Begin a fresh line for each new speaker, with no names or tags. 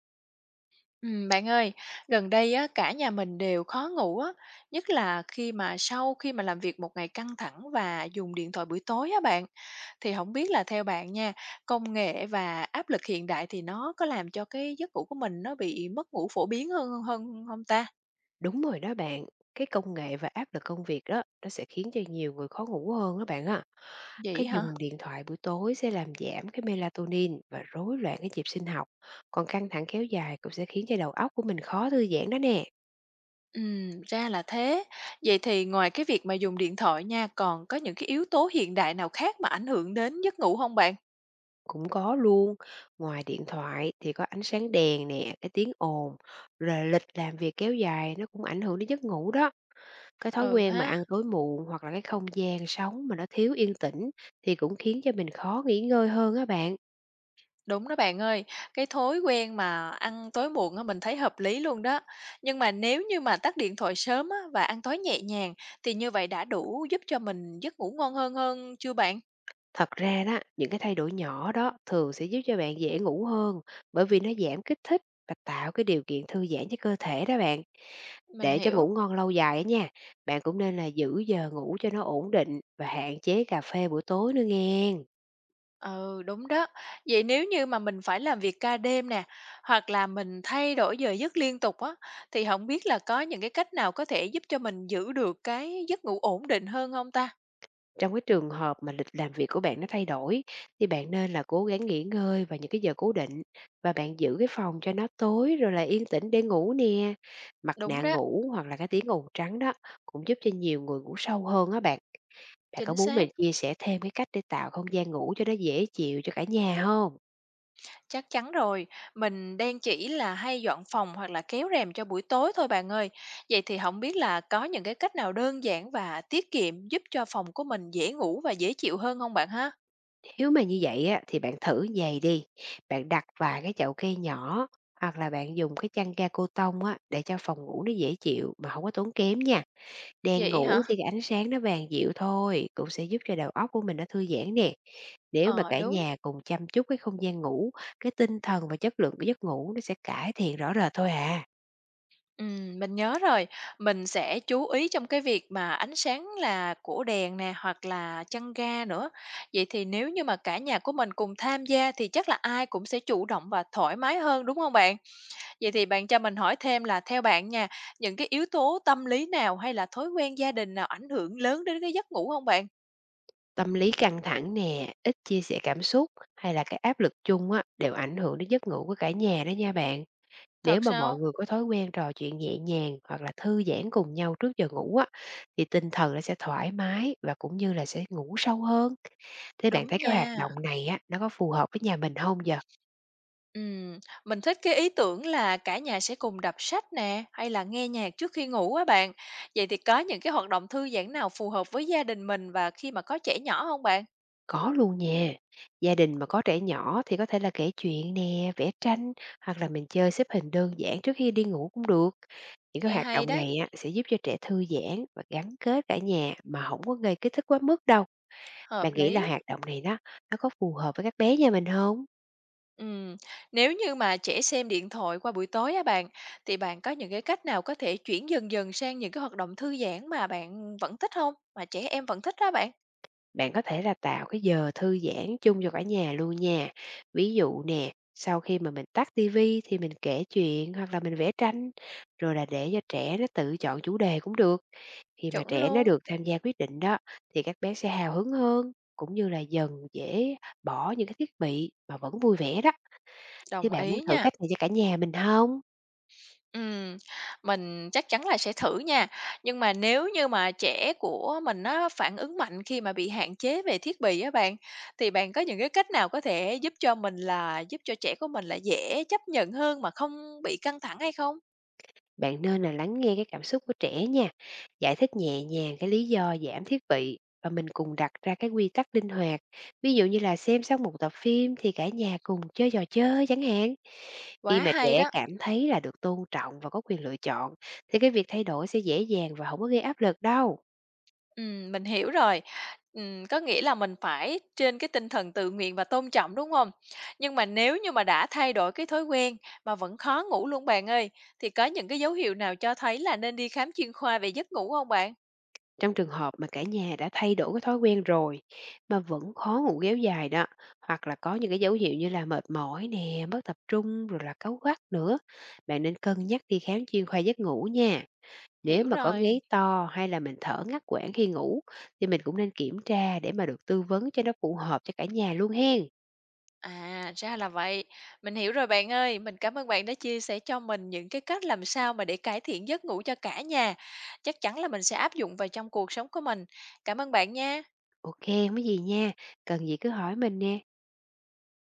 Bạn ơi, gần đây á, cả nhà mình đều khó ngủ á, nhất là khi mà sau khi mà làm việc một ngày căng thẳng và dùng điện thoại buổi tối á bạn, thì không biết là theo bạn nha, công nghệ và áp lực hiện đại thì nó có làm cho cái giấc ngủ của mình nó bị mất ngủ phổ biến hơn hơn không ta?
Đúng rồi đó bạn, cái công nghệ và áp lực công việc đó nó sẽ khiến cho nhiều người khó ngủ hơn đó bạn ạ.
Vậy
Cái
hả?
dùng điện thoại buổi tối sẽ làm giảm cái melatonin và rối loạn cái nhịp sinh học. Còn căng thẳng kéo dài cũng sẽ khiến cho đầu óc của mình khó thư giãn đó nè.
Ra là thế. Vậy thì ngoài cái việc mà dùng điện thoại nha, còn có những cái yếu tố hiện đại nào khác mà ảnh hưởng đến giấc ngủ không bạn?
Cũng có luôn, ngoài điện thoại thì có ánh sáng đèn nè, cái tiếng ồn, rồi lịch làm việc kéo dài nó cũng ảnh hưởng đến giấc ngủ đó. Cái thói
Ừ
quen mà
ha.
ăn tối muộn hoặc là cái không gian sống mà nó thiếu yên tĩnh thì cũng khiến cho mình khó nghỉ ngơi hơn á bạn.
Đúng đó bạn ơi, cái thói quen mà ăn tối muộn á, mình thấy hợp lý luôn đó. Nhưng mà nếu như mà tắt điện thoại sớm á, và ăn tối nhẹ nhàng thì như vậy đã đủ giúp cho mình giấc ngủ ngon hơn hơn chưa bạn?
Thật ra đó, những cái thay đổi nhỏ đó thường sẽ giúp cho bạn dễ ngủ hơn, bởi vì nó giảm kích thích và tạo cái điều kiện thư giãn cho cơ thể đó bạn.
Mình
Để cho
hiểu.
ngủ ngon lâu dài á nha, bạn cũng nên là giữ giờ ngủ cho nó ổn định và hạn chế cà phê buổi tối nữa nghe.
Ừ, đúng đó. Vậy nếu như mà mình phải làm việc ca đêm nè, hoặc là mình thay đổi giờ giấc liên tục á, thì không biết là có những cái cách nào có thể giúp cho mình giữ được cái giấc ngủ ổn định hơn không ta?
Trong cái trường hợp mà lịch làm việc của bạn nó thay đổi thì bạn nên là cố gắng nghỉ ngơi vào những cái giờ cố định, và bạn giữ cái phòng cho nó tối rồi là yên tĩnh để ngủ nè. Mặt
Đúng
nạ
đó,
ngủ hoặc là cái tiếng ồn trắng đó cũng giúp cho nhiều người ngủ sâu hơn á bạn. Bạn có
chính
muốn mình
xác.
chia sẻ thêm cái cách để tạo không gian ngủ cho nó dễ chịu cho cả nhà không?
Chắc chắn rồi, mình đang chỉ là hay dọn phòng hoặc là kéo rèm cho buổi tối thôi bạn ơi. Vậy thì không biết là có những cái cách nào đơn giản và tiết kiệm giúp cho phòng của mình dễ ngủ và dễ chịu hơn không bạn ha?
Nếu mà như vậy á, thì bạn thử vầy đi, bạn đặt vài cái chậu cây nhỏ hoặc là bạn dùng cái chăn ga cô tông á, để cho phòng ngủ nó dễ chịu mà không có tốn kém nha. Đèn
Vậy
ngủ
hả?
thì cái ánh sáng nó vàng dịu thôi, cũng sẽ giúp cho đầu óc của mình nó thư giãn nè. Nếu mà
Ờ,
cả
đúng.
nhà cùng chăm chút cái không gian ngủ, cái tinh thần và chất lượng của giấc ngủ nó sẽ cải thiện rõ rệt thôi à.
Mình nhớ rồi, mình sẽ chú ý trong cái việc mà ánh sáng là của đèn nè, hoặc là chăn ga nữa. Vậy thì nếu như mà cả nhà của mình cùng tham gia thì chắc là ai cũng sẽ chủ động và thoải mái hơn, đúng không bạn? Vậy thì bạn cho mình hỏi thêm là theo bạn nha, những cái yếu tố tâm lý nào hay là thói quen gia đình nào ảnh hưởng lớn đến cái giấc ngủ không bạn?
Tâm lý căng thẳng nè, ít chia sẻ cảm xúc hay là cái áp lực chung á, đều ảnh hưởng đến giấc ngủ của cả nhà đó nha bạn. Nếu
Thật
mà mọi
sao?
người có thói quen trò chuyện nhẹ nhàng hoặc là thư giãn cùng nhau trước giờ ngủ á, thì tinh thần nó sẽ thoải mái và cũng như là sẽ ngủ sâu hơn. Thế bạn thấy
Đúng
cái hoạt
nha.
động này á, nó có phù hợp với nhà mình không giờ?
Ừm, mình thích cái ý tưởng là cả nhà sẽ cùng đọc sách nè, hay là nghe nhạc trước khi ngủ á bạn. Vậy thì có những cái hoạt động thư giãn nào phù hợp với gia đình mình và khi mà có trẻ nhỏ không bạn?
Có luôn nha. Gia đình mà có trẻ nhỏ thì có thể là kể chuyện nè, vẽ tranh, hoặc là mình chơi xếp hình đơn giản trước khi đi ngủ cũng được. Những cái
Nghe
hoạt
hay
động
đấy,
này á, sẽ giúp cho trẻ thư giãn và gắn kết cả nhà mà không có gây kích thích quá mức đâu.
hợp
Bạn nghĩ là
lý.
hoạt động này đó nó có phù hợp với các bé nhà mình không?
Ừm, nếu như mà trẻ xem điện thoại qua buổi tối á bạn, thì bạn có những cái cách nào có thể chuyển dần dần sang những cái hoạt động thư giãn mà bạn vẫn thích không? Mà trẻ em vẫn thích đó bạn?
Bạn có thể là tạo cái giờ thư giãn chung cho cả nhà luôn nha. Ví dụ nè, sau khi mà mình tắt tivi thì mình kể chuyện hoặc là mình vẽ tranh, rồi là để cho trẻ nó tự chọn chủ đề cũng được. Khi mà
Chuẩn
trẻ nó
luôn,
được tham gia quyết định đó thì các bé sẽ hào hứng hơn, cũng như là dần dễ bỏ những cái thiết bị mà vẫn vui vẻ đó. Thế
đồng
bạn muốn
ý
thử
nha.
cách này cho cả nhà mình không?
Ừm, mình chắc chắn là sẽ thử nha. Nhưng mà nếu như mà trẻ của mình nó phản ứng mạnh khi mà bị hạn chế về thiết bị á bạn, thì bạn có những cái cách nào có thể giúp cho trẻ của mình là dễ chấp nhận hơn mà không bị căng thẳng hay không?
Bạn nên là lắng nghe cái cảm xúc của trẻ nha, giải thích nhẹ nhàng cái lý do giảm thiết bị và mình cùng đặt ra cái quy tắc linh hoạt. Ví dụ như là xem xong một tập phim thì cả nhà cùng chơi trò chơi chẳng hạn. Khi
Quá
mà
hay
trẻ
đó!
cảm thấy là được tôn trọng và có quyền lựa chọn thì cái việc thay đổi sẽ dễ dàng và không có gây áp lực đâu.
Mình hiểu rồi. Có nghĩa là mình phải trên cái tinh thần tự nguyện và tôn trọng, đúng không? Nhưng mà nếu như mà đã thay đổi cái thói quen mà vẫn khó ngủ luôn bạn ơi, thì có những cái dấu hiệu nào cho thấy là nên đi khám chuyên khoa về giấc ngủ không bạn?
Trong trường hợp mà cả nhà đã thay đổi cái thói quen rồi mà vẫn khó ngủ kéo dài đó, hoặc là có những cái dấu hiệu như là mệt mỏi nè, mất tập trung rồi là cáu gắt nữa, bạn nên cân nhắc đi khám chuyên khoa giấc ngủ nha. Nếu
Hiểu
mà có ngáy
rồi,
to hay là mình thở ngắt quãng khi ngủ thì mình cũng nên kiểm tra để mà được tư vấn cho nó phù hợp cho cả nhà luôn hen.
à, ra là vậy. Mình hiểu rồi bạn ơi, mình cảm ơn bạn đã chia sẻ cho mình những cái cách làm sao mà để cải thiện giấc ngủ cho cả nhà. Chắc chắn là mình sẽ áp dụng vào trong cuộc sống của mình. Cảm ơn bạn nha.
Ok, không có gì nha, cần gì cứ hỏi mình nè.